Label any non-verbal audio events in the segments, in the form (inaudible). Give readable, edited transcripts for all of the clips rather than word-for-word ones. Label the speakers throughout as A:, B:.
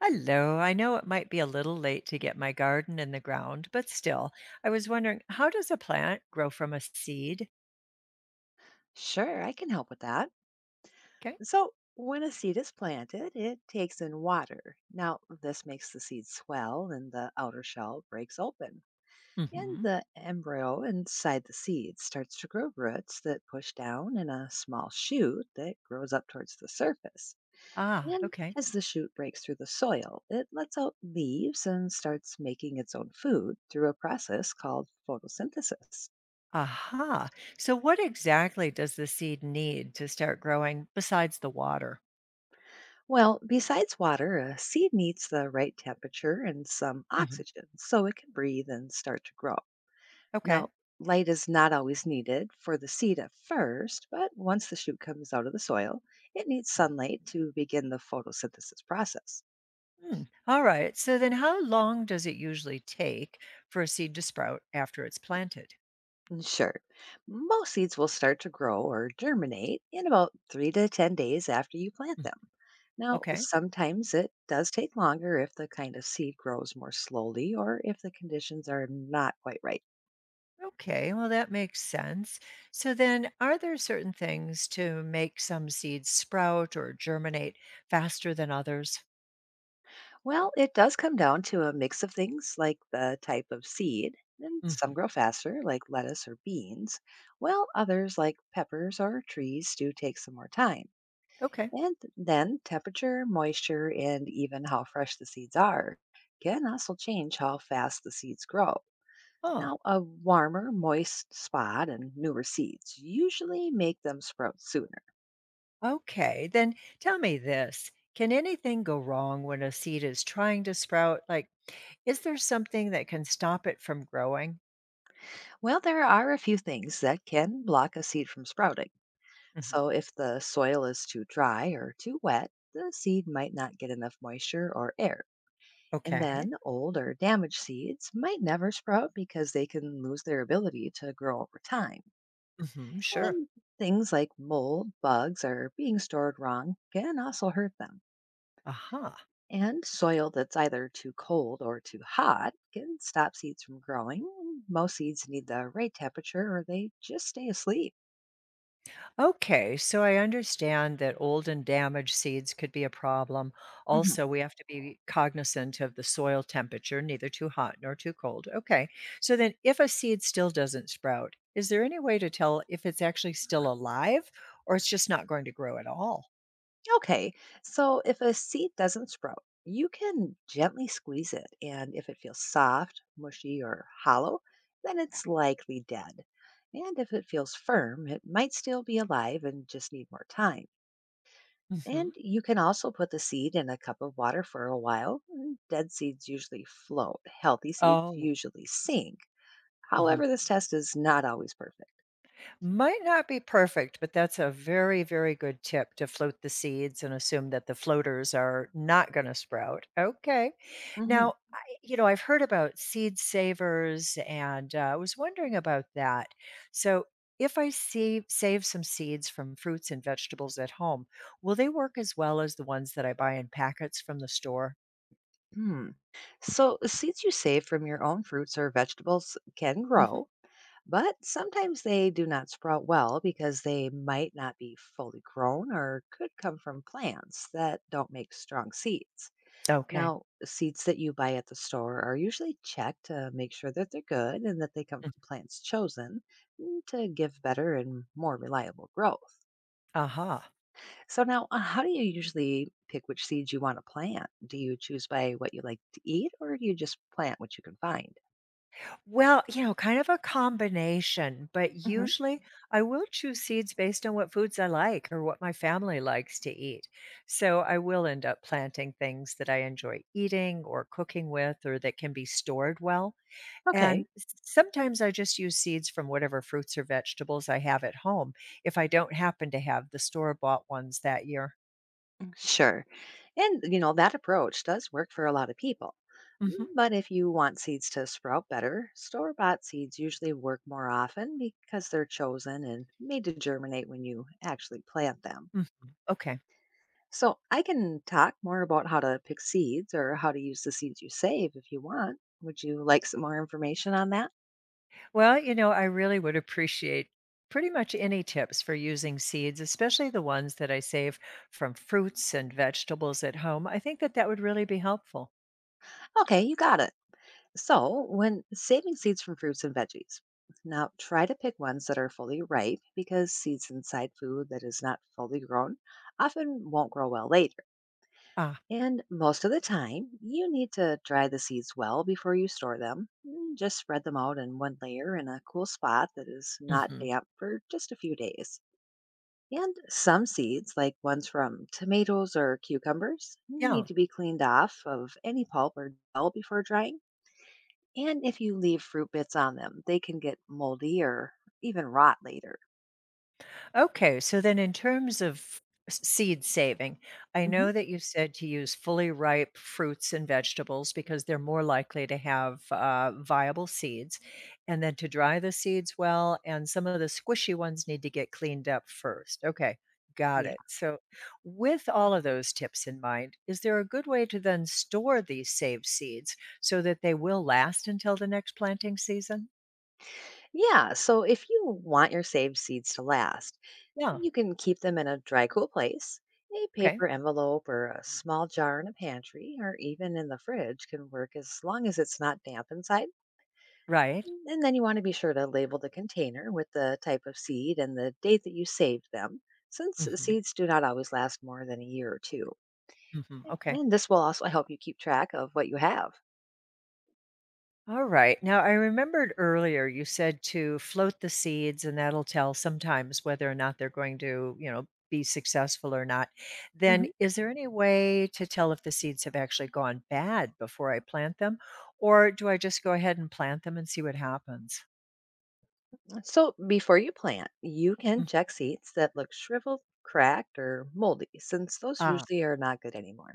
A: Hello. I know it might be a little late to get my garden in the ground, but still, I was wondering, how does a plant grow from a seed?
B: Sure, I can help with that.
A: Okay.
B: So, when a seed is planted, it takes in water. Now, this makes the seed swell and the outer shell breaks open. And
A: Hmm.
B: the embryo inside the seed starts to grow roots that push down in a small shoot that grows up towards the surface.
A: Ah,
B: And
A: okay.
B: as the shoot breaks through the soil, it lets out leaves and starts making its own food through a process called photosynthesis.
A: Aha. So, what exactly does the seed need to start growing besides the water?
B: Well, besides water, a seed needs the right temperature and some
A: Hmm.
B: oxygen so it can breathe and start to grow.
A: Okay.
B: Now, light is not always needed for the seed at first, but once the shoot comes out of the soil, it needs
A: Mm.
B: sunlight to begin the photosynthesis process.
A: Hmm. All right. So, then how long does it usually take for a seed to sprout after it's planted?
B: And Sure, most seeds will start to grow or germinate in about 3 to 10 days after you plant
A: Mm.
B: them. Now,
A: Okay.
B: sometimes it does take longer if the kind of seed grows more slowly or if the conditions are not quite right.
A: Okay, well, that makes sense. So, then are there certain things to make some seeds sprout or germinate faster than others?
B: Well, it does come down to a mix of things like the type of seed, and some
A: Hmm.
B: grow faster, like lettuce or beans, while others, like peppers or trees, do take some more time.
A: Okay.
B: And then temperature, moisture, and even how fresh the seeds are can also change how fast the seeds grow.
A: Oh,
B: Now, a warmer, moist spot and newer seeds usually make them sprout sooner.
A: okay. Then tell me this. Can anything go wrong when a seed is trying to sprout? Like, is there something that can stop it from growing?
B: Well, there are a few things that can block a seed from sprouting.
A: Hmm.
B: So, if the soil is too dry or too wet, the seed might not get enough moisture or air. And
A: Okay.
B: then old or damaged seeds might never sprout because they can lose their ability to grow over time.
A: Hmm. Sure.
B: And things like mold, bugs, or being stored wrong can also hurt them.
A: Aha.
B: And soil that's either too cold or too hot can stop seeds from growing. Most seeds need the right temperature or they just stay asleep.
A: Okay, so I understand that old and damaged seeds could be a problem.
B: Mm-hmm.
A: Also, we have to be cognizant of the soil temperature, neither too hot nor too cold. Okay, so then if a seed still doesn't sprout, is there any way to tell if it's actually still alive, or it's just not going to grow at all?
B: Okay, so if a seed doesn't sprout, you can gently squeeze it, and if it feels soft, mushy, or hollow, then it's likely dead. And if it feels firm, it might still be alive and just need more time. And
A: Hmm.
B: you can also put the seed in a cup of water for a while. And Dead seeds usually float, healthy seeds
A: Oh.
B: usually sink.
A: Mhm.
B: However, this test is not always perfect.
A: Might not be perfect, but that's a very, very good tip to float the seeds and assume that the floaters are not going to sprout. Okay.
B: Hmm.
A: Now, I've heard about seed savers, and I was wondering about that. So, if I save some seeds from fruits and vegetables at home, will they work as well as the ones that I buy in packets from the store?
B: Hmm. So, seeds you save from your own fruits or vegetables can
A: Hmm.
B: grow, but sometimes they do not sprout well because they might not be fully grown or could come from plants that don't make strong seeds.
A: Okay.
B: Now, seeds that you buy at the store are usually checked to make sure that they're good and that they come from plants chosen to give better and more reliable growth.
A: Aha.
B: So, now how do you usually pick which seeds you want to plant? Do you choose by what you like to eat or do you just plant what you can find?
A: Well, kind of a combination, but
B: Hmm.
A: usually I will choose seeds based on what foods I like or what my family likes to eat. So I will end up planting things that I enjoy eating or cooking with or that can be stored well.
B: Okay.
A: And sometimes I just use seeds from whatever fruits or vegetables I have at home if I don't happen to have the store bought ones that year.
B: Mm. Sure. And, you know, that approach does work for a lot of people.
A: Hmm.
B: Mm, but if you want seeds to sprout better, store bought seeds usually work more often because they're chosen and made to germinate when you actually plant them.
A: Hmm. Okay.
B: So I can talk more about how to pick seeds or how to use the seeds you save if you want. Would you like some more information on that?
A: Well, I really would appreciate pretty much any tips for using seeds, especially the ones that I save from fruits and vegetables at home. I think that that would really be helpful.
B: Okay, you got it. So, when saving seeds from fruits and veggies, now try to pick ones that are fully ripe because seeds inside food that is not fully grown often won't grow well later.
A: Ah.
B: And most of the time, you need to dry the seeds well before you store them. Mm, just spread them out in one layer in a cool spot that is not
A: Hmm.
B: damp for just a few days. And some seeds, like ones from tomatoes or cucumbers,
A: Yeah.
B: need to be cleaned off of any pulp or dull before drying, and if you leave fruit bits on them, they can get moldy or even rot later.
A: Okay, so then in terms of seed saving, I
B: Hmm.
A: know that you said to use fully ripe fruits and vegetables because they're more likely to have viable seeds, and then to dry the seeds well, and some of the squishy ones need to get cleaned up first. Okay, got
B: Yeah.
A: it. So, with all of those tips in mind, is there a good way to then store these saved seeds so that they will last until the next planting season?
B: Yeah. So if you want your saved seeds to last,
A: Yeah,
B: you can keep them in a dry, cool place. A
A: okay,
B: paper envelope or a small jar in a pantry or even in the fridge can work as long as it's not damp inside.
A: right.
B: And then you want to be sure to label the container with the type of seed and the date that you saved them, since
A: Hmm.
B: seeds do not always last more than a year or two.
A: Hmm. Okay.
B: And this will also help you keep track of what you have.
A: All right. Now, I remembered earlier you said to float the seeds, and that'll tell sometimes whether or not they're going to, be successful or not. Then, is there any way to tell if the seeds have actually gone bad before I plant them? Or do I just go ahead and plant them and see what happens?
B: So before you plant, you can
A: Mhm.
B: check seeds that look shriveled, cracked, or moldy, since those
A: Ah,
B: usually are not good anymore.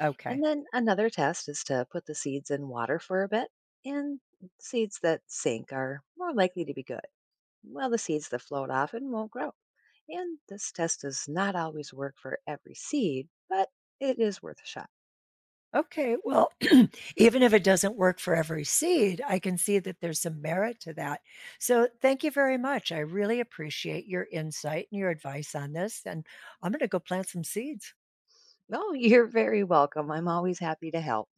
A: okay.
B: And then another test is to put the seeds in water for a bit, and seeds that sink are more likely to be good, while the seeds that float often won't grow. And this test does not always work for every seed, but it is worth a shot. (laughs)
A: Okay, well, (clears throat) even if it doesn't work for every seed, I can see that there's some merit to that. So, thank you very much. I really appreciate your insight and your advice on this, and I'm going to go plant some seeds.
B: No, you're very welcome. I'm always happy to help.